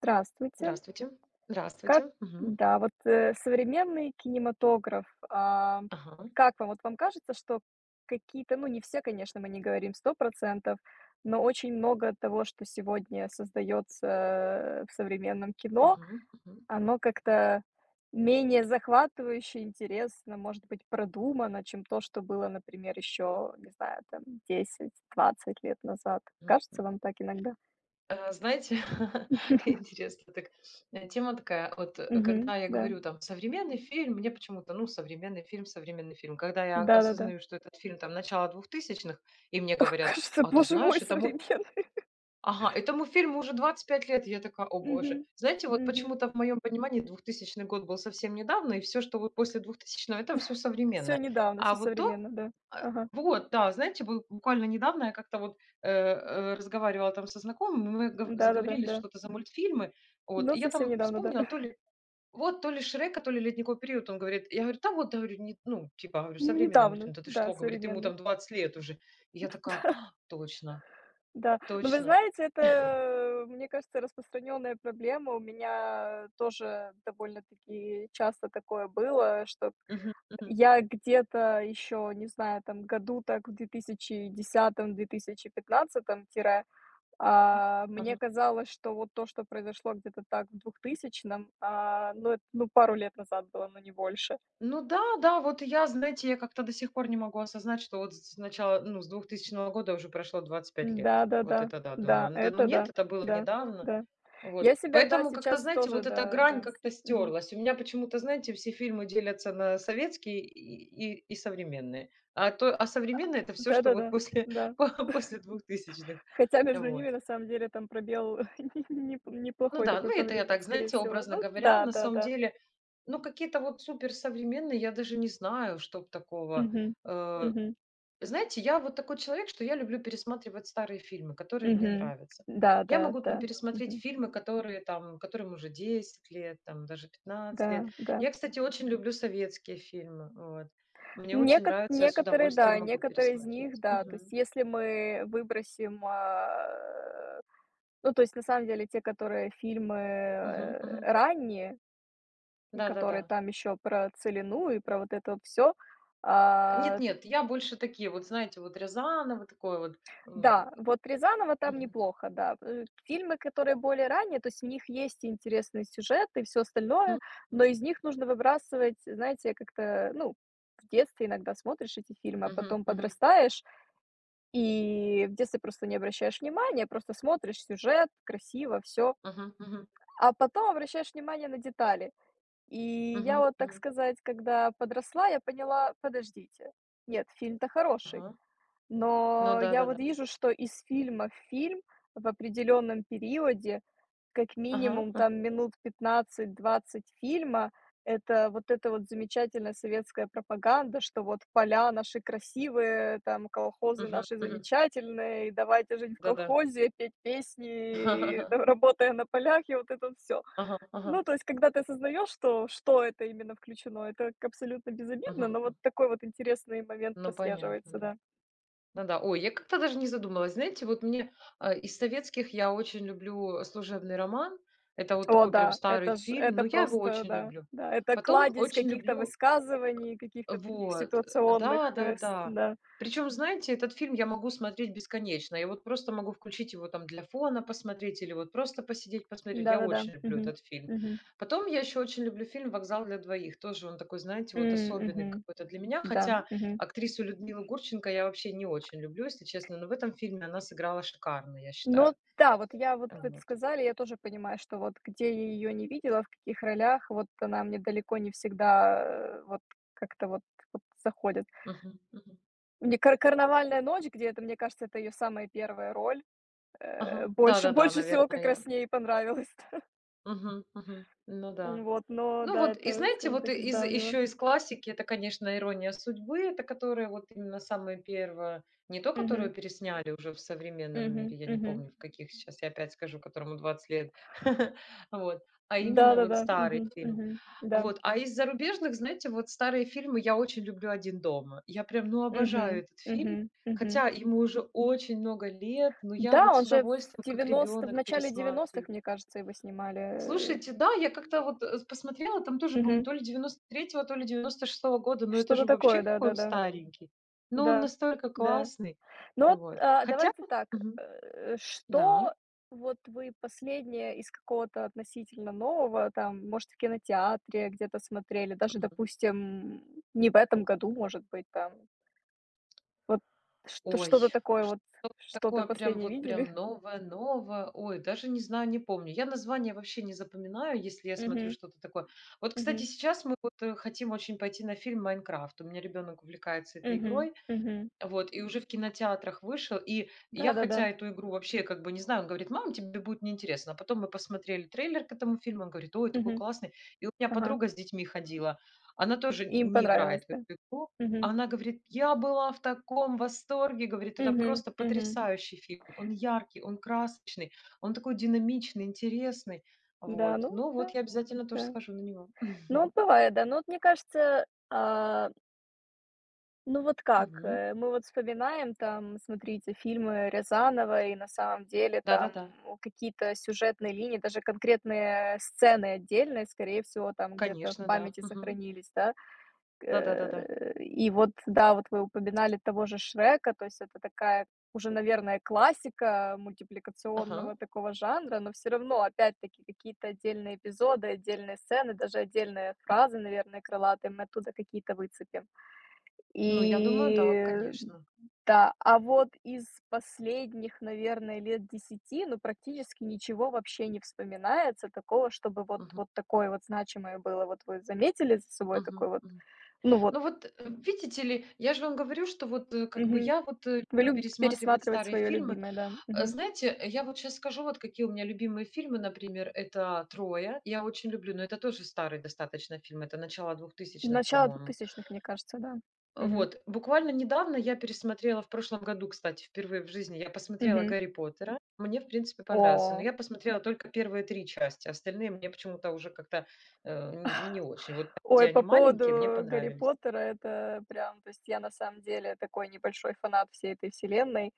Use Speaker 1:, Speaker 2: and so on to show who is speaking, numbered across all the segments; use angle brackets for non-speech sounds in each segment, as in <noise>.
Speaker 1: Здравствуйте.
Speaker 2: Здравствуйте.
Speaker 1: Как
Speaker 2: Здравствуйте. Мгм.
Speaker 1: да, вот, э, современный кинематограф,
Speaker 2: Ага.
Speaker 1: как вам? Вот вам кажется, что какие-то, ну, не все, конечно, мы не говорим 100%, но очень много того, что сегодня создается в современном кино,
Speaker 2: Мгм. Мгм.
Speaker 1: оно как-то менее захватывающе, интересно, может быть, продумано, чем то, что было, например, еще, не знаю, там 10, 20 лет назад.
Speaker 2: Мгм.
Speaker 1: Кажется вам так иногда?
Speaker 2: Знаете, <laughs>
Speaker 1: <laughs>
Speaker 2: интересно так, тема такая.
Speaker 1: Мгм.
Speaker 2: Когда я
Speaker 1: Да.
Speaker 2: говорю там: "Современный фильм", мне почему-то, ну, современный фильм, современный фильм. Когда я
Speaker 1: Да-да-да.
Speaker 2: осознаю, что этот фильм там начала двухтысячных, и мне
Speaker 1: Ох, <laughs>
Speaker 2: говорят:
Speaker 1: кажется,
Speaker 2: "А ты
Speaker 1: боже
Speaker 2: знаешь,
Speaker 1: мой,
Speaker 2: это мой".
Speaker 1: современный.
Speaker 2: Ага, этому фильму уже 25 лет, и я такая: "О боже".
Speaker 1: Мгм.
Speaker 2: Знаете, вот
Speaker 1: Мгм.
Speaker 2: почему-то в моем понимании двухтысячный год был совсем недавно, и все, что вот после двухтысячного, это все
Speaker 1: Всё
Speaker 2: современное.
Speaker 1: недавно,
Speaker 2: А
Speaker 1: всё
Speaker 2: вот до...
Speaker 1: современно, да.
Speaker 2: а,
Speaker 1: Ага.
Speaker 2: вот, да, знаете, бу буквально недавно я как-то вот, разговаривала там со знакомым, и мы гов
Speaker 1: Да-да-да,
Speaker 2: заговорились
Speaker 1: да.
Speaker 2: что-то за мультфильмы. Вот,
Speaker 1: Но
Speaker 2: и я
Speaker 1: совсем
Speaker 2: там
Speaker 1: недавно, да.
Speaker 2: вспомнила то
Speaker 1: <laughs>
Speaker 2: ли вот, то ли "Шрека", то ли "Ледниковый период". Он говорит, я говорю: "Да вот", да, говорю, не ну, типа, говорю, современный
Speaker 1: Недавно,
Speaker 2: мультфильм. "Да ты
Speaker 1: да,
Speaker 2: что?" Говорит, ему
Speaker 1: современный.
Speaker 2: там 20 лет уже. И я такая: "А, точно,
Speaker 1: Да. Но вы
Speaker 2: точно".
Speaker 1: знаете, это, мне кажется, распространенная проблема. У меня тоже довольно-таки часто такое было, что
Speaker 2: Мгм, мгм.
Speaker 1: я где-то еще, не знаю, там году так в две тысячи десятом, 2000 пятнадцатом, тире
Speaker 2: А,
Speaker 1: Мне
Speaker 2: ага.
Speaker 1: казалось, что вот то, что произошло где-то так в двухтысячном, а, ну, это, ну, пару лет назад было, но не больше.
Speaker 2: Ну да, да, вот я, знаете, я как-то до сих пор не могу осознать, что вот с начала, ну, с двухтысячного года уже прошло 25 лет. Вот
Speaker 1: Да-да-да,
Speaker 2: это да,
Speaker 1: да, да, да, да,
Speaker 2: думаю. Ну Да ну
Speaker 1: это
Speaker 2: нет,
Speaker 1: да,
Speaker 2: это было
Speaker 1: да,
Speaker 2: недавно.
Speaker 1: да.
Speaker 2: Вот.
Speaker 1: Я себя, да,
Speaker 2: Поэтому как-то,
Speaker 1: сейчас
Speaker 2: знаете,
Speaker 1: тоже,
Speaker 2: вот эта
Speaker 1: да,
Speaker 2: грань
Speaker 1: да, с
Speaker 2: как-то
Speaker 1: мгм.
Speaker 2: стерлась. У меня почему-то, знаете, все фильмы делятся на советские и современные. А современные — это все, что
Speaker 1: Да-да-да,
Speaker 2: вот
Speaker 1: да,
Speaker 2: после,
Speaker 1: да,
Speaker 2: <laughs>
Speaker 1: да.
Speaker 2: после двухтысячных.
Speaker 1: Хотя между
Speaker 2: Вот.
Speaker 1: ними на самом деле там пробел <laughs> не
Speaker 2: Ну
Speaker 1: неплохой
Speaker 2: да,
Speaker 1: такой
Speaker 2: ну
Speaker 1: по
Speaker 2: это я
Speaker 1: времени,
Speaker 2: так,
Speaker 1: скорее
Speaker 2: знаете,
Speaker 1: всего.
Speaker 2: образно
Speaker 1: Ну
Speaker 2: говоря,
Speaker 1: да,
Speaker 2: на самом
Speaker 1: да-да.
Speaker 2: деле, ну какие-то вот суперсовременные, я даже не знаю, чтоб такого.
Speaker 1: Мгм.
Speaker 2: Э,
Speaker 1: Мгм.
Speaker 2: знаете, я вот такой человек, что я люблю пересматривать старые фильмы, которые мне
Speaker 1: Мгм.
Speaker 2: нравятся.
Speaker 1: Да,
Speaker 2: Я
Speaker 1: да,
Speaker 2: могу там
Speaker 1: да.
Speaker 2: пересмотреть
Speaker 1: Мгм.
Speaker 2: фильмы, которые там, которым уже 10 лет, там даже пятнадцать
Speaker 1: Да,
Speaker 2: лет.
Speaker 1: да.
Speaker 2: Я, кстати, очень люблю советские фильмы. Вот. Мне очень нравится, я с
Speaker 1: Некоторые,
Speaker 2: удовольствием
Speaker 1: да,
Speaker 2: могу
Speaker 1: некоторые из
Speaker 2: пересмотреть.
Speaker 1: них, да. То есть
Speaker 2: Мгм.
Speaker 1: если мы выбросим, ну, то есть на самом деле те, которые фильмы,
Speaker 2: Мгм. Мгм.
Speaker 1: ранние,
Speaker 2: Да-да-да.
Speaker 1: которые там еще про "Целину" и про вот это вот всё. А,
Speaker 2: Нет-нет, я больше такие вот, знаете, вот Рязанова, такое вот. М,
Speaker 1: да, вот Рязанова там
Speaker 2: мгм,
Speaker 1: неплохо, да. Фильмы, которые более ранние, то есть в них есть и интересный сюжет, и все
Speaker 2: м,
Speaker 1: остальное,
Speaker 2: м,
Speaker 1: но из них нужно выбрасывать, знаете, как-то, ну, в детстве иногда смотришь эти фильмы, а
Speaker 2: мгм,
Speaker 1: потом
Speaker 2: мгм,
Speaker 1: подрастаешь. И в детстве просто не обращаешь внимания, просто смотришь сюжет, красиво, все.
Speaker 2: мгм, мгм,
Speaker 1: А потом обращаешь внимание на детали. И я
Speaker 2: мгм,
Speaker 1: вот, так
Speaker 2: мгм.
Speaker 1: сказать, когда подросла, я поняла: подождите, нет, фильм-то хороший.
Speaker 2: Ага. Ну
Speaker 1: Но я
Speaker 2: да-да-да.
Speaker 1: вот вижу, что из фильма в фильм в определенном периоде, как
Speaker 2: Ага,
Speaker 1: минимум
Speaker 2: ага,
Speaker 1: там минут 15–20 фильма, это вот эта вот замечательная советская пропаганда, что вот поля наши красивые, там колхозы
Speaker 2: мгм,
Speaker 1: наши
Speaker 2: мгм.
Speaker 1: замечательные, и давайте жить в
Speaker 2: Да-да.
Speaker 1: колхозе, петь песни, и там,
Speaker 2: <laughs>
Speaker 1: работая на полях, и вот это все.
Speaker 2: Ага, ага.
Speaker 1: Ну, то есть, когда ты осознаешь, что, что это именно включено, это абсолютно безобидно,
Speaker 2: Мгм,
Speaker 1: но вот
Speaker 2: м.
Speaker 1: такой вот интересный момент
Speaker 2: Ну понятно,
Speaker 1: прослеживается,
Speaker 2: да.
Speaker 1: да.
Speaker 2: Ну да. Ой, я как-то даже не задумалась. Знаете, вот мне, из советских я очень люблю "Служебный роман". Это вот
Speaker 1: О
Speaker 2: такой прям
Speaker 1: да,
Speaker 2: старый
Speaker 1: это ж
Speaker 2: фильм,
Speaker 1: это
Speaker 2: но я его
Speaker 1: просто,
Speaker 2: очень
Speaker 1: да,
Speaker 2: люблю.
Speaker 1: да, это
Speaker 2: Потом
Speaker 1: кладезь
Speaker 2: очень
Speaker 1: каких-то
Speaker 2: люблю...
Speaker 1: высказываний, каких-то таких
Speaker 2: Вот,
Speaker 1: ситуационных, с
Speaker 2: да-да-да.
Speaker 1: да,
Speaker 2: Причем, знаете, этот фильм я могу смотреть бесконечно. Я вот просто могу включить его там для фона посмотреть или вот просто посидеть посмотреть. Я
Speaker 1: да-да-да,
Speaker 2: очень люблю
Speaker 1: мгм,
Speaker 2: этот фильм.
Speaker 1: мгм,
Speaker 2: Потом я еще очень люблю фильм "Вокзал для двоих". Тоже он такой, знаете,
Speaker 1: м,
Speaker 2: вот особенный
Speaker 1: мгм,
Speaker 2: какой-то для меня,
Speaker 1: да,
Speaker 2: хотя
Speaker 1: мгм.
Speaker 2: актрису Людмилу Гурченко я вообще не очень люблю, если честно, но в этом фильме она сыграла шикарно, я
Speaker 1: Ну
Speaker 2: считаю.
Speaker 1: да, вот я вот вы это
Speaker 2: Вот.
Speaker 1: сказали, я тоже понимаю, что вот где я её не видела, в каких ролях, вот она мне далеко не всегда, вот как-то вот заходит.
Speaker 2: Мгм, мгм.
Speaker 1: Мне кар "Карнавальная ночь", где это, мне кажется, это ее самая первая роль, э,
Speaker 2: Ага,
Speaker 1: больше <laughs>
Speaker 2: да-да-да,
Speaker 1: больше всего
Speaker 2: наверное,
Speaker 1: как раз
Speaker 2: я.
Speaker 1: с ней и понравилось.
Speaker 2: Мгм, мгм. Ну да.
Speaker 1: М, вот, но
Speaker 2: Ну
Speaker 1: да,
Speaker 2: вот, и
Speaker 1: это,
Speaker 2: знаете,
Speaker 1: скажем
Speaker 2: вот и
Speaker 1: так, из
Speaker 2: из
Speaker 1: давнего.
Speaker 2: еще из классики — это, конечно, "Ирония судьбы", это которая вот именно самая первая, не то,
Speaker 1: Мгм,
Speaker 2: которую пересняли уже в современном
Speaker 1: мгм,
Speaker 2: мире, я не
Speaker 1: мгм.
Speaker 2: помню, в каких, сейчас я опять скажу, которому 20 лет. <laughs> Вот, а именно вот
Speaker 1: Да-да-да.
Speaker 2: старый
Speaker 1: Мгм,
Speaker 2: фильм.
Speaker 1: мгм. Да.
Speaker 2: Вот, а из зарубежных, знаете, вот старые фильмы я очень люблю "Один дома". Я прям, ну, обожаю
Speaker 1: Мгм,
Speaker 2: этот фильм,
Speaker 1: мгм, мгм.
Speaker 2: хотя ему уже очень много лет, но я
Speaker 1: Да,
Speaker 2: вот
Speaker 1: он
Speaker 2: с
Speaker 1: же в
Speaker 2: удовольствием, как
Speaker 1: 90 в
Speaker 2: ребенок,
Speaker 1: начале девяностых,
Speaker 2: пересматриваю.
Speaker 1: мне кажется, его снимали. Э,
Speaker 2: Слушайте, да, я как-то вот, посмотрела, там тоже, по-моему,
Speaker 1: мгм.
Speaker 2: то ли 93-го, то ли 96-го года, но это
Speaker 1: Что-то
Speaker 2: же вообще
Speaker 1: такое,
Speaker 2: какой он
Speaker 1: да-да-да.
Speaker 2: старенький.
Speaker 1: Да,
Speaker 2: Но он
Speaker 1: да.
Speaker 2: настолько
Speaker 1: Да, да.
Speaker 2: классный.
Speaker 1: Ну вот,
Speaker 2: Вот. Хотя...
Speaker 1: давайте так,
Speaker 2: Мгм. Да.
Speaker 1: что вот вы последнее из какого-то относительно нового, там, может, в кинотеатре где-то смотрели, даже,
Speaker 2: Мгм.
Speaker 1: допустим, не в этом году, может быть, там вот что
Speaker 2: Ой, что
Speaker 1: что-то
Speaker 2: такое прям
Speaker 1: последнее
Speaker 2: вот прям
Speaker 1: видели?
Speaker 2: новое-новое. Ой, даже не знаю, не помню. Я название вообще не запоминаю, если я смотрю
Speaker 1: Мгм,
Speaker 2: что-то такое. Вот, кстати,
Speaker 1: мгм,
Speaker 2: сейчас мы вот, хотим очень пойти на фильм "Майнкрафт". У меня ребенок увлекается этой
Speaker 1: мгм,
Speaker 2: игрой.
Speaker 1: мгм.
Speaker 2: Вот, и уже в кинотеатрах вышел. И я,
Speaker 1: Да-да-да.
Speaker 2: хотя эту игру вообще как бы не знаю, он говорит: "Мам, тебе будет неинтересно". А потом мы посмотрели трейлер к этому фильму, он говорит: "Ой, такой
Speaker 1: Мгм.
Speaker 2: классный". И у меня
Speaker 1: Ага.
Speaker 2: подруга с детьми ходила, она тоже
Speaker 1: Им
Speaker 2: не
Speaker 1: понравилось,
Speaker 2: играет в
Speaker 1: да?
Speaker 2: эту игру. А
Speaker 1: Мгм,
Speaker 2: она говорит: "Я была в таком восторге". Говорит: "Это
Speaker 1: мгм,
Speaker 2: просто
Speaker 1: мгм.
Speaker 2: потрясающий фильм. Он яркий, он красочный, он такой динамичный, интересный".
Speaker 1: Да,
Speaker 2: Вот.
Speaker 1: ну
Speaker 2: Ну вот
Speaker 1: да,
Speaker 2: я обязательно тоже
Speaker 1: да.
Speaker 2: схожу на него. <laughs>
Speaker 1: Ну, вот бывает, да. Ну, вот мне кажется, ну вот как,
Speaker 2: Мгм.
Speaker 1: мы вот вспоминаем там, смотрите, фильмы Рязанова, и на самом деле там
Speaker 2: Да-да-да.
Speaker 1: у какие-то сюжетные линии, даже конкретные сцены отдельные, скорее всего, там где-то в
Speaker 2: Конечно, да.
Speaker 1: памяти
Speaker 2: Мгм.
Speaker 1: сохранились, да.
Speaker 2: Да-да-да-да.
Speaker 1: И вот, да, вот вы упоминали того же Шрека, то есть это такая уже, наверное, классика
Speaker 2: Ага.
Speaker 1: мультипликационного такого жанра, но все равно, опять-таки, какие-то отдельные эпизоды, отдельные сцены, даже отдельные фразы, наверное, крылатые, мы оттуда какие-то выцепим.
Speaker 2: Ну, я думаю, да,
Speaker 1: И
Speaker 2: конечно.
Speaker 1: да, а вот из последних, наверное, лет 10 ну, практически ничего вообще не вспоминается такого, чтобы вот
Speaker 2: Мгм.
Speaker 1: вот такое вот значимое было. Вот вы заметили за собой
Speaker 2: Мгм.
Speaker 1: такой вот,
Speaker 2: Мгм.
Speaker 1: ну, вот
Speaker 2: Ну вот, видите ли, я же вам говорю, что вот, как бы
Speaker 1: Мгм.
Speaker 2: я вот,
Speaker 1: Вы
Speaker 2: люблю
Speaker 1: любите
Speaker 2: пересматривать
Speaker 1: пересматривать
Speaker 2: старые
Speaker 1: свое
Speaker 2: фильмы.
Speaker 1: любимое, да? Мгм.
Speaker 2: Знаете, я вот сейчас скажу, вот какие у меня любимые фильмы, например, это "Троя". Я очень люблю, но это тоже старый достаточно фильм, это начало двухтысячных,
Speaker 1: Начало
Speaker 2: по-моему.
Speaker 1: двухтысячных, мне кажется, да? Мгм.
Speaker 2: Вот, буквально недавно я пересмотрела, в прошлом году, кстати, впервые в жизни я посмотрела
Speaker 1: Мгм.
Speaker 2: "Гарри Поттера". Мне, в принципе, понравился, но
Speaker 1: О.
Speaker 2: я посмотрела только первые 3 части, остальные мне почему-то уже как-то, э, н не очень. Вот там, где
Speaker 1: Ой,
Speaker 2: они
Speaker 1: по
Speaker 2: маленькие, мне
Speaker 1: поводу Гарри
Speaker 2: понравились.
Speaker 1: Поттера, это прям, то есть я на самом деле такой небольшой фанат всей этой вселенной.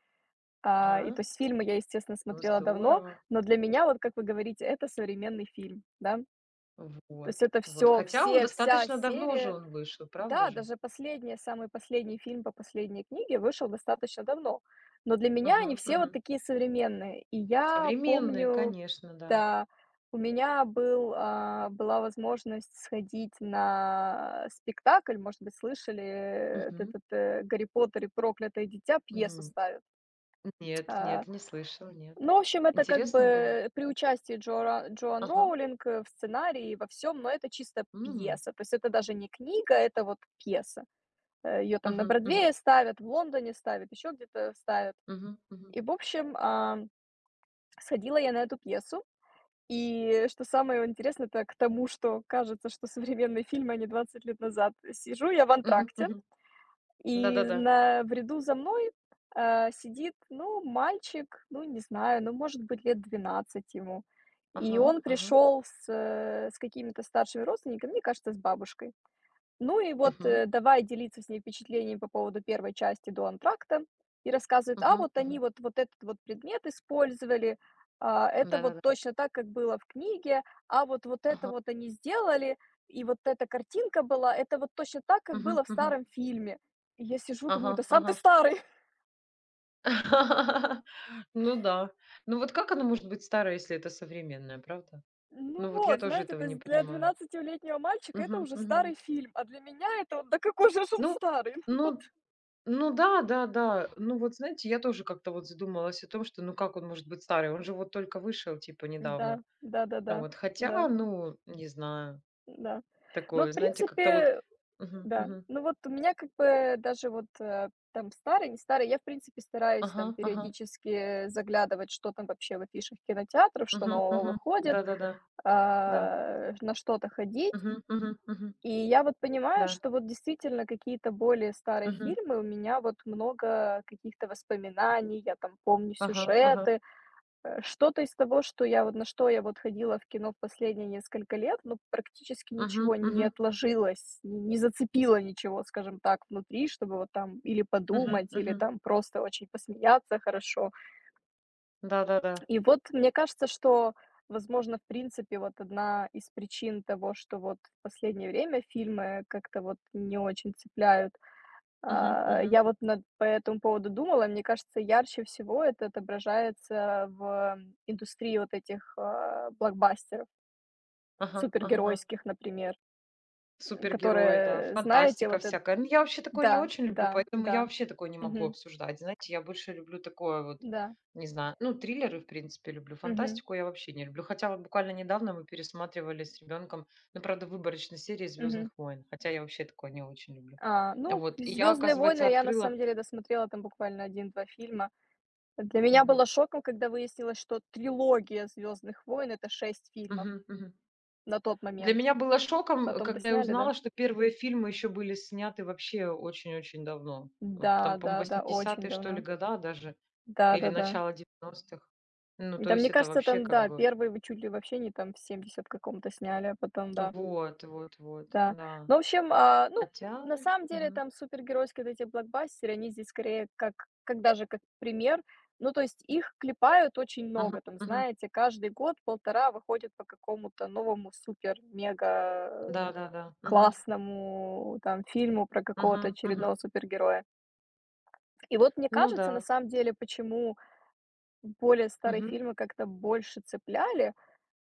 Speaker 1: И
Speaker 2: Ага,
Speaker 1: то есть фильмы я, естественно,
Speaker 2: ну
Speaker 1: смотрела давно,
Speaker 2: здорово.
Speaker 1: но для меня, вот как вы говорите, это современный фильм, да? То есть
Speaker 2: Вот,
Speaker 1: это
Speaker 2: вот. Хотя он
Speaker 1: все, вся
Speaker 2: достаточно давно же
Speaker 1: серия.
Speaker 2: он вышел, правда
Speaker 1: Да,
Speaker 2: же?
Speaker 1: даже последний, самый последний фильм по последней книге вышел достаточно давно. Но для меня они
Speaker 2: Мгм,
Speaker 1: все вот
Speaker 2: мгм.
Speaker 1: такие современные. И я
Speaker 2: Современные,
Speaker 1: помню,
Speaker 2: конечно, да.
Speaker 1: да, у меня был, была возможность сходить на спектакль, может быть, слышали, вот
Speaker 2: Мгм.
Speaker 1: этот «Гарри Поттер и проклятое дитя» пьесу
Speaker 2: М.
Speaker 1: ставят.
Speaker 2: Нет,
Speaker 1: А,
Speaker 2: нет, не слышала, нет.
Speaker 1: ну, в общем, это как
Speaker 2: Интересно было?
Speaker 1: бы при участии Джоан
Speaker 2: Ага.
Speaker 1: Роулинг в сценарии и во всем, но это чисто
Speaker 2: М.
Speaker 1: пьеса. То есть это даже не книга, это вот пьеса. Ее там на
Speaker 2: Мгм, мгм.
Speaker 1: Бродвее ставят, в Лондоне ставят, еще где-то ставят.
Speaker 2: Мгм, мгм.
Speaker 1: И, в общем, сходила я на эту пьесу. И что самое интересное, это к тому, что кажется, что современные фильмы, а не 20 лет назад. Сижу я в
Speaker 2: Мгм,
Speaker 1: антракте,
Speaker 2: мгм.
Speaker 1: и
Speaker 2: Да-да-да.
Speaker 1: на в ряду за мной, сидит, ну, мальчик, ну, не знаю, ну, может быть, лет 12 ему. И
Speaker 2: Ага,
Speaker 1: он
Speaker 2: ага.
Speaker 1: пришел с, с какими-то старшими родственниками, мне кажется, с бабушкой. Ну и вот,
Speaker 2: Мгм,
Speaker 1: давай делиться с ней впечатлениями по поводу первой части "До антракта" и рассказывает: "А
Speaker 2: мгм,
Speaker 1: вот они
Speaker 2: мгм.
Speaker 1: вот вот этот вот предмет использовали, а это вот
Speaker 2: Да-да-да.
Speaker 1: точно так, как было в книге, а вот вот это
Speaker 2: Ага.
Speaker 1: вот они сделали, и вот эта картинка была, это вот точно так, как
Speaker 2: Мгм,
Speaker 1: было в
Speaker 2: мгм.
Speaker 1: старом фильме". И я сижу,
Speaker 2: Ага,
Speaker 1: думаю: "Да сам ты
Speaker 2: ага.
Speaker 1: старый". <laughs>
Speaker 2: <laughs> Ну да. Ну вот как оно может быть старое, если это современное, правда?
Speaker 1: Ну
Speaker 2: Ну вот я
Speaker 1: вот,
Speaker 2: тоже
Speaker 1: знаете,
Speaker 2: этого
Speaker 1: то
Speaker 2: не
Speaker 1: есть для
Speaker 2: понимаю.
Speaker 1: 12-летнего мальчика это
Speaker 2: Мгм,
Speaker 1: уже
Speaker 2: мгм.
Speaker 1: старый фильм, а для меня это вот да какой же ж он
Speaker 2: Ну
Speaker 1: старый? <laughs>
Speaker 2: ну ну да, да-да. Ну вот знаете, я тоже как-то вот задумалась о том, что ну как он может быть старый? Он же вот только вышел типа
Speaker 1: Да,
Speaker 2: недавно.
Speaker 1: да-да-да,
Speaker 2: Ну вот,
Speaker 1: да,
Speaker 2: хотя,
Speaker 1: да,
Speaker 2: ну, не знаю,
Speaker 1: да, да. Но
Speaker 2: такое,
Speaker 1: в
Speaker 2: знаете, как-то вот...
Speaker 1: принципе
Speaker 2: Мгм,
Speaker 1: да,
Speaker 2: мгм.
Speaker 1: ну вот у меня как бы даже вот, там старый, не старый, я в принципе стараюсь
Speaker 2: Ага,
Speaker 1: там
Speaker 2: ага.
Speaker 1: периодически заглядывать, что там вообще в афишах кинотеатров, что
Speaker 2: Мгм,
Speaker 1: нового
Speaker 2: мгм.
Speaker 1: выходит,
Speaker 2: Да-да-да. Да.
Speaker 1: на что-то ходить.
Speaker 2: Мгм, мгм, мгм.
Speaker 1: И я вот понимаю,
Speaker 2: Да.
Speaker 1: что вот действительно какие-то более старые
Speaker 2: Мгм.
Speaker 1: фильмы, у меня вот много каких-то воспоминаний, я там помню
Speaker 2: Ага, ага.
Speaker 1: сюжеты. Что-то из того, что я вот ходила в кино в последние несколько лет, ну, практически
Speaker 2: Мгм,
Speaker 1: ничего не
Speaker 2: мгм.
Speaker 1: отложилось, н не зацепило ничего, скажем так, внутри, чтобы вот там или
Speaker 2: Мгм,
Speaker 1: подумать, или
Speaker 2: мгм.
Speaker 1: там просто очень посмеяться хорошо.
Speaker 2: Да-да-да.
Speaker 1: И вот мне кажется, что возможно, в принципе, вот одна из причин того, что вот в последнее время фильмы как-то вот не очень цепляют,
Speaker 2: Мгм, мгм.
Speaker 1: я вот над по этому поводу думала. Мне кажется, ярче всего это отображается в индустрии вот этих, блокбастеров
Speaker 2: Ага, ага.
Speaker 1: супергеройских, например,
Speaker 2: Супергерои, да,
Speaker 1: которые, знаете,
Speaker 2: фантастика
Speaker 1: вот это,
Speaker 2: всякая. Ну, я вообще такое не
Speaker 1: да,
Speaker 2: очень люблю,
Speaker 1: да,
Speaker 2: поэтому я вообще такое не могу
Speaker 1: мгм,
Speaker 2: обсуждать. Знаете, я больше люблю такое вот,
Speaker 1: да,
Speaker 2: не знаю, ну, триллеры, в принципе, люблю.
Speaker 1: мгм,
Speaker 2: Фантастику я вообще не люблю. Хотя вот буквально недавно мы пересматривали с ребенком, ну, правда, выборочной серии
Speaker 1: мгм.
Speaker 2: «Звездных войн». Хотя я вообще такое не очень люблю.
Speaker 1: Ну,
Speaker 2: Вот. И я,
Speaker 1: "Звездные войны"
Speaker 2: оказывается,
Speaker 1: я на
Speaker 2: открыла...
Speaker 1: самом деле досмотрела там буквально один-два фильма. Для меня
Speaker 2: Мгм.
Speaker 1: было шоком, когда выяснилось, что трилогия "Звездных войн" — это 6 фильмов
Speaker 2: Мгм. Мгм.
Speaker 1: на тот
Speaker 2: Для
Speaker 1: момент.
Speaker 2: меня было шоком,
Speaker 1: Потом
Speaker 2: когда я
Speaker 1: досняли, да.
Speaker 2: узнала, что первые фильмы еще были сняты вообще очень-очень давно. Там,
Speaker 1: Да,
Speaker 2: по-моему,
Speaker 1: да, да, очень
Speaker 2: 80-е, что ли,
Speaker 1: давно.
Speaker 2: года даже. Или
Speaker 1: Да-да-да. Да, да.
Speaker 2: начало девяностых, ну, то
Speaker 1: Да,
Speaker 2: есть
Speaker 1: мне
Speaker 2: это
Speaker 1: кажется,
Speaker 2: вообще
Speaker 1: там,
Speaker 2: как
Speaker 1: да,
Speaker 2: бы...
Speaker 1: 1 вы чуть ли вообще не там в 70 каком-то сняли, а потом, да,
Speaker 2: Вот, вот, вот,
Speaker 1: да.
Speaker 2: да.
Speaker 1: Ну, в общем,
Speaker 2: Хотя...
Speaker 1: на самом деле,
Speaker 2: Мгм.
Speaker 1: там супергеройские вот эти блокбастеры, они здесь скорее как даже как пример. Ну, то есть их клепают очень
Speaker 2: Мгм.
Speaker 1: много, там,
Speaker 2: Мгм.
Speaker 1: знаете, каждый год полтора выходит по какому-то новому супер-мега-классному
Speaker 2: Да-да-да. Мгм.
Speaker 1: там фильму про какого-то
Speaker 2: Мгм. Мгм.
Speaker 1: очередного супергероя. И вот мне
Speaker 2: Ну
Speaker 1: кажется, на
Speaker 2: да.
Speaker 1: самом деле, почему более старые
Speaker 2: Мгм.
Speaker 1: фильмы как-то больше цепляли,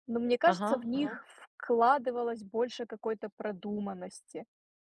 Speaker 1: но мне
Speaker 2: Ага,
Speaker 1: кажется, в
Speaker 2: ага.
Speaker 1: них вкладывалось больше какой-то продуманности.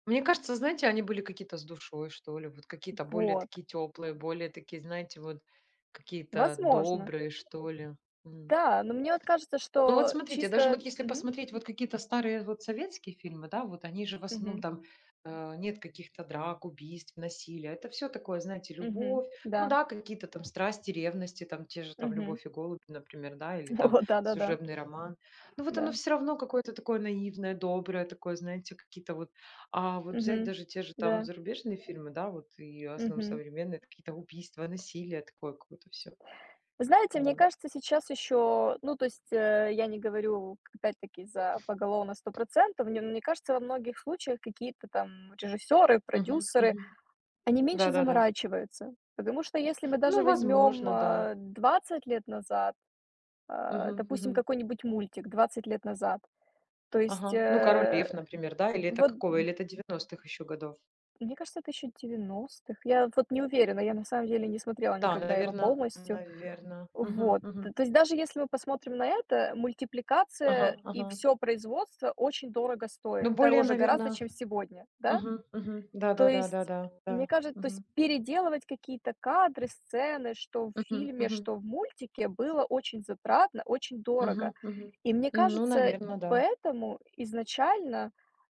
Speaker 2: Мне кажется, знаете, они были какие-то с душой, что ли, вот какие-то более
Speaker 1: Вот,
Speaker 2: такие теплые, более такие, знаете, вот какие-то
Speaker 1: возможно.
Speaker 2: добрые, что ли. М.
Speaker 1: Да, но мне вот кажется,
Speaker 2: Ну вот
Speaker 1: что
Speaker 2: смотрите, даже
Speaker 1: чисто
Speaker 2: вот если
Speaker 1: мгм,
Speaker 2: посмотреть вот какие-то старые вот советские фильмы, да, вот они же в основном
Speaker 1: мгм,
Speaker 2: там нет каких-то драк, убийств, насилия. Это все такое, знаете,
Speaker 1: мгм,
Speaker 2: любовь.
Speaker 1: да,
Speaker 2: Ну да, какие-то там страсти, ревности, там те же там
Speaker 1: мгм.
Speaker 2: «Любовь и голуби», например, да, или там
Speaker 1: <laughs> Вот, да-да-да,
Speaker 2: «Служебный роман». Ну вот оно
Speaker 1: да,
Speaker 2: все равно какое-то такое наивное, доброе, такое, знаете, какие-то вот... А вот взять
Speaker 1: мгм,
Speaker 2: даже те же там
Speaker 1: да,
Speaker 2: зарубежные фильмы, да, вот и в основном
Speaker 1: мгм.
Speaker 2: современные, какие-то убийства, насилие, такое какое-то все.
Speaker 1: Знаете, мне кажется, сейчас еще, ну, то есть, я не говорю, опять-таки, за поголовно 100%, мне кажется, во многих случаях какие-то там режиссеры, продюсеры они меньше
Speaker 2: Да-да-да.
Speaker 1: заморачиваются. Потому что если мы даже
Speaker 2: Ну,
Speaker 1: возьмем,
Speaker 2: возможно, да.
Speaker 1: 20 лет назад,
Speaker 2: Мгм,
Speaker 1: допустим,
Speaker 2: мгм.
Speaker 1: какой-нибудь мультик 20 лет назад, то есть,
Speaker 2: Ага. Ну, "Король лев", например, да? Или это
Speaker 1: вот,
Speaker 2: какого? Или это девяностых еще годов?
Speaker 1: мне кажется, это еще 90-х. Я вот не уверена, я на самом деле не смотрела
Speaker 2: Да,
Speaker 1: никогда его
Speaker 2: наверно
Speaker 1: полностью.
Speaker 2: наверно.
Speaker 1: Вот. Т то есть даже если мы посмотрим на это,
Speaker 2: Ага,
Speaker 1: мультипликация и
Speaker 2: ага.
Speaker 1: все производство очень дорого
Speaker 2: Ну,
Speaker 1: стоит,
Speaker 2: более,
Speaker 1: дороже гораздо,
Speaker 2: наверно...
Speaker 1: чем сегодня, да? То
Speaker 2: Да-да-да-да-да, да, да, да, да,
Speaker 1: есть,
Speaker 2: да,
Speaker 1: мне
Speaker 2: да.
Speaker 1: кажется, то есть
Speaker 2: Мгм,
Speaker 1: переделывать какие-то кадры, сцены, что в
Speaker 2: мгм,
Speaker 1: фильме,
Speaker 2: мгм,
Speaker 1: что в мультике, было очень затратно, очень дорого.
Speaker 2: мгм, мгм.
Speaker 1: И мне
Speaker 2: Ну,
Speaker 1: кажется,
Speaker 2: наверно, да.
Speaker 1: поэтому изначально,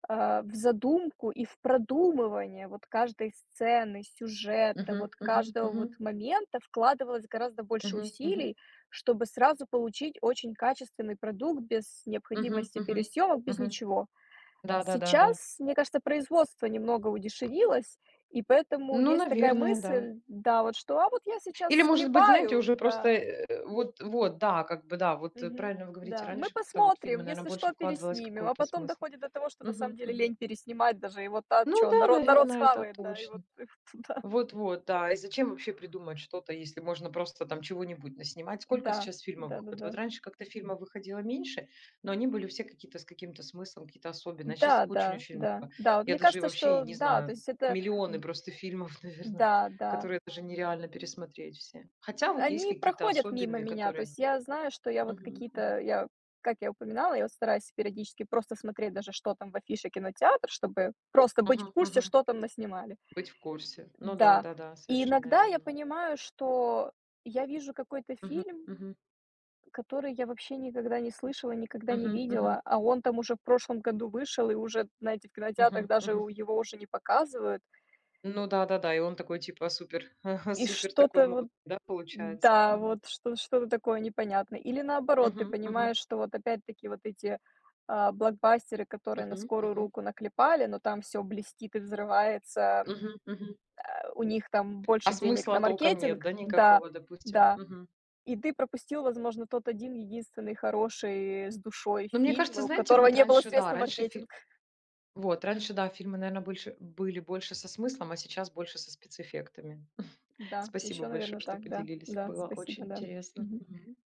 Speaker 1: в задумку и в продумывание вот каждой сцены, сюжета,
Speaker 2: Мгм,
Speaker 1: вот
Speaker 2: мгм,
Speaker 1: каждого вот
Speaker 2: мгм,
Speaker 1: момента вкладывалось гораздо больше
Speaker 2: мгм, мгм,
Speaker 1: усилий, чтобы сразу получить очень качественный продукт без
Speaker 2: мгм,
Speaker 1: необходимости
Speaker 2: мгм,
Speaker 1: пересъемок, без
Speaker 2: мгм.
Speaker 1: ничего.
Speaker 2: Да-да-да-да.
Speaker 1: Сейчас, мне кажется, производство немного удешевилось, и поэтому
Speaker 2: Ну,
Speaker 1: есть такая
Speaker 2: наверное, да.
Speaker 1: мысль, да, вот что: "А вот я сейчас
Speaker 2: Или, может быть, знаете,
Speaker 1: склепаю".
Speaker 2: уже просто,
Speaker 1: Да,
Speaker 2: да, как бы, да, вот,
Speaker 1: мгм,
Speaker 2: правильно вы говорите,
Speaker 1: да. "Мы
Speaker 2: раньше как-то вот в фильмы,
Speaker 1: посмотрим,
Speaker 2: наверное,
Speaker 1: если
Speaker 2: больше
Speaker 1: что,
Speaker 2: вкладывалось
Speaker 1: переснимем". А
Speaker 2: какого-то
Speaker 1: потом
Speaker 2: смысла.
Speaker 1: доходит до того, что на
Speaker 2: Мгм,
Speaker 1: самом деле
Speaker 2: мгм.
Speaker 1: лень переснимать даже. И вот, а
Speaker 2: Ну
Speaker 1: что
Speaker 2: да,
Speaker 1: народ
Speaker 2: наверное, это
Speaker 1: схавает, да, и вот
Speaker 2: точно.
Speaker 1: <laughs> и вот туда.
Speaker 2: Вот-вот, да. И зачем вообще придумать что-то, если можно просто там чего-нибудь наснимать? Сколько
Speaker 1: Да,
Speaker 2: сейчас фильмов выходит? Вот
Speaker 1: да-да-да.
Speaker 2: раньше как-то фильмов выходило меньше, но они были все какие-то с каким-то смыслом, какие-то особенные. А сейчас
Speaker 1: Да, да,
Speaker 2: их
Speaker 1: да,
Speaker 2: очень-очень
Speaker 1: да, да,
Speaker 2: много.
Speaker 1: да. Вот
Speaker 2: Я
Speaker 1: мне
Speaker 2: даже
Speaker 1: кажется,
Speaker 2: вообще и
Speaker 1: что
Speaker 2: не
Speaker 1: да, то
Speaker 2: знаю,
Speaker 1: есть это,
Speaker 2: миллионы
Speaker 1: м,
Speaker 2: просто фильмов, <laughs> наверное,
Speaker 1: да, да.
Speaker 2: которые даже нереально пересмотреть все. Хотя вот есть
Speaker 1: Они
Speaker 2: какие-то
Speaker 1: проходят мимо
Speaker 2: особенные,
Speaker 1: меня. То
Speaker 2: которые...
Speaker 1: есть я знаю, что я вот
Speaker 2: Мгм, мгм.
Speaker 1: какие-то, я, как я упоминала, я вот стараюсь периодически просто смотреть даже, что там в афише кинотеатра, чтобы просто быть в
Speaker 2: Мгм,
Speaker 1: курсе,
Speaker 2: мгм.
Speaker 1: что там наснимали.
Speaker 2: Быть в курсе. Ну да,
Speaker 1: Да.
Speaker 2: да, да,
Speaker 1: И
Speaker 2: совершенно
Speaker 1: иногда я
Speaker 2: верно.
Speaker 1: понимаю, что я вижу какой-то
Speaker 2: Мгм,
Speaker 1: фильм,
Speaker 2: мгм,
Speaker 1: который я вообще никогда не слышала, никогда не
Speaker 2: мгм, мгм,
Speaker 1: видела, а он там уже в прошлом году вышел, и уже, знаете, в кинотеатрах
Speaker 2: мгм,
Speaker 1: даже
Speaker 2: мгм.
Speaker 1: его уже не показывают.
Speaker 2: Ну да-да-да, и он такой типа супер <laughs>
Speaker 1: И
Speaker 2: супер такой
Speaker 1: что-то
Speaker 2: модный,
Speaker 1: вот
Speaker 2: да, получается?
Speaker 1: да,
Speaker 2: Мгм.
Speaker 1: вот что что-то такое непонятное. Или наоборот, ты
Speaker 2: Мгм, мгм,
Speaker 1: понимаешь, что вот опять-таки вот эти, блокбастеры, которые на
Speaker 2: мгм,
Speaker 1: скорую
Speaker 2: мгм,
Speaker 1: руку наклепали, но там все блестит и взрывается,
Speaker 2: мгм, мгм.
Speaker 1: у них там
Speaker 2: А
Speaker 1: больше денег
Speaker 2: смысла
Speaker 1: на
Speaker 2: толком нет,
Speaker 1: маркетинг.
Speaker 2: да,
Speaker 1: Да,
Speaker 2: никакого, допустим?
Speaker 1: да.
Speaker 2: Мгм.
Speaker 1: И ты пропустил, возможно, тот один единственный хороший, с душой
Speaker 2: Ну, мне
Speaker 1: фильм,
Speaker 2: кажется,
Speaker 1: у
Speaker 2: знаете,
Speaker 1: которого
Speaker 2: вот
Speaker 1: не было
Speaker 2: раньше,
Speaker 1: средств
Speaker 2: да,
Speaker 1: на
Speaker 2: раньше фи
Speaker 1: маркетинг.
Speaker 2: вот, раньше, да, фильмы, наверное, больше были больше со смыслом, а сейчас больше со спецэффектами. <laughs>
Speaker 1: Да,
Speaker 2: Спасибо
Speaker 1: еще,
Speaker 2: большое,
Speaker 1: наверное,
Speaker 2: что
Speaker 1: так, да,
Speaker 2: поделились.
Speaker 1: да,
Speaker 2: Было очень
Speaker 1: спасибо, да.
Speaker 2: интересно.
Speaker 1: Мгм.
Speaker 2: Мгм.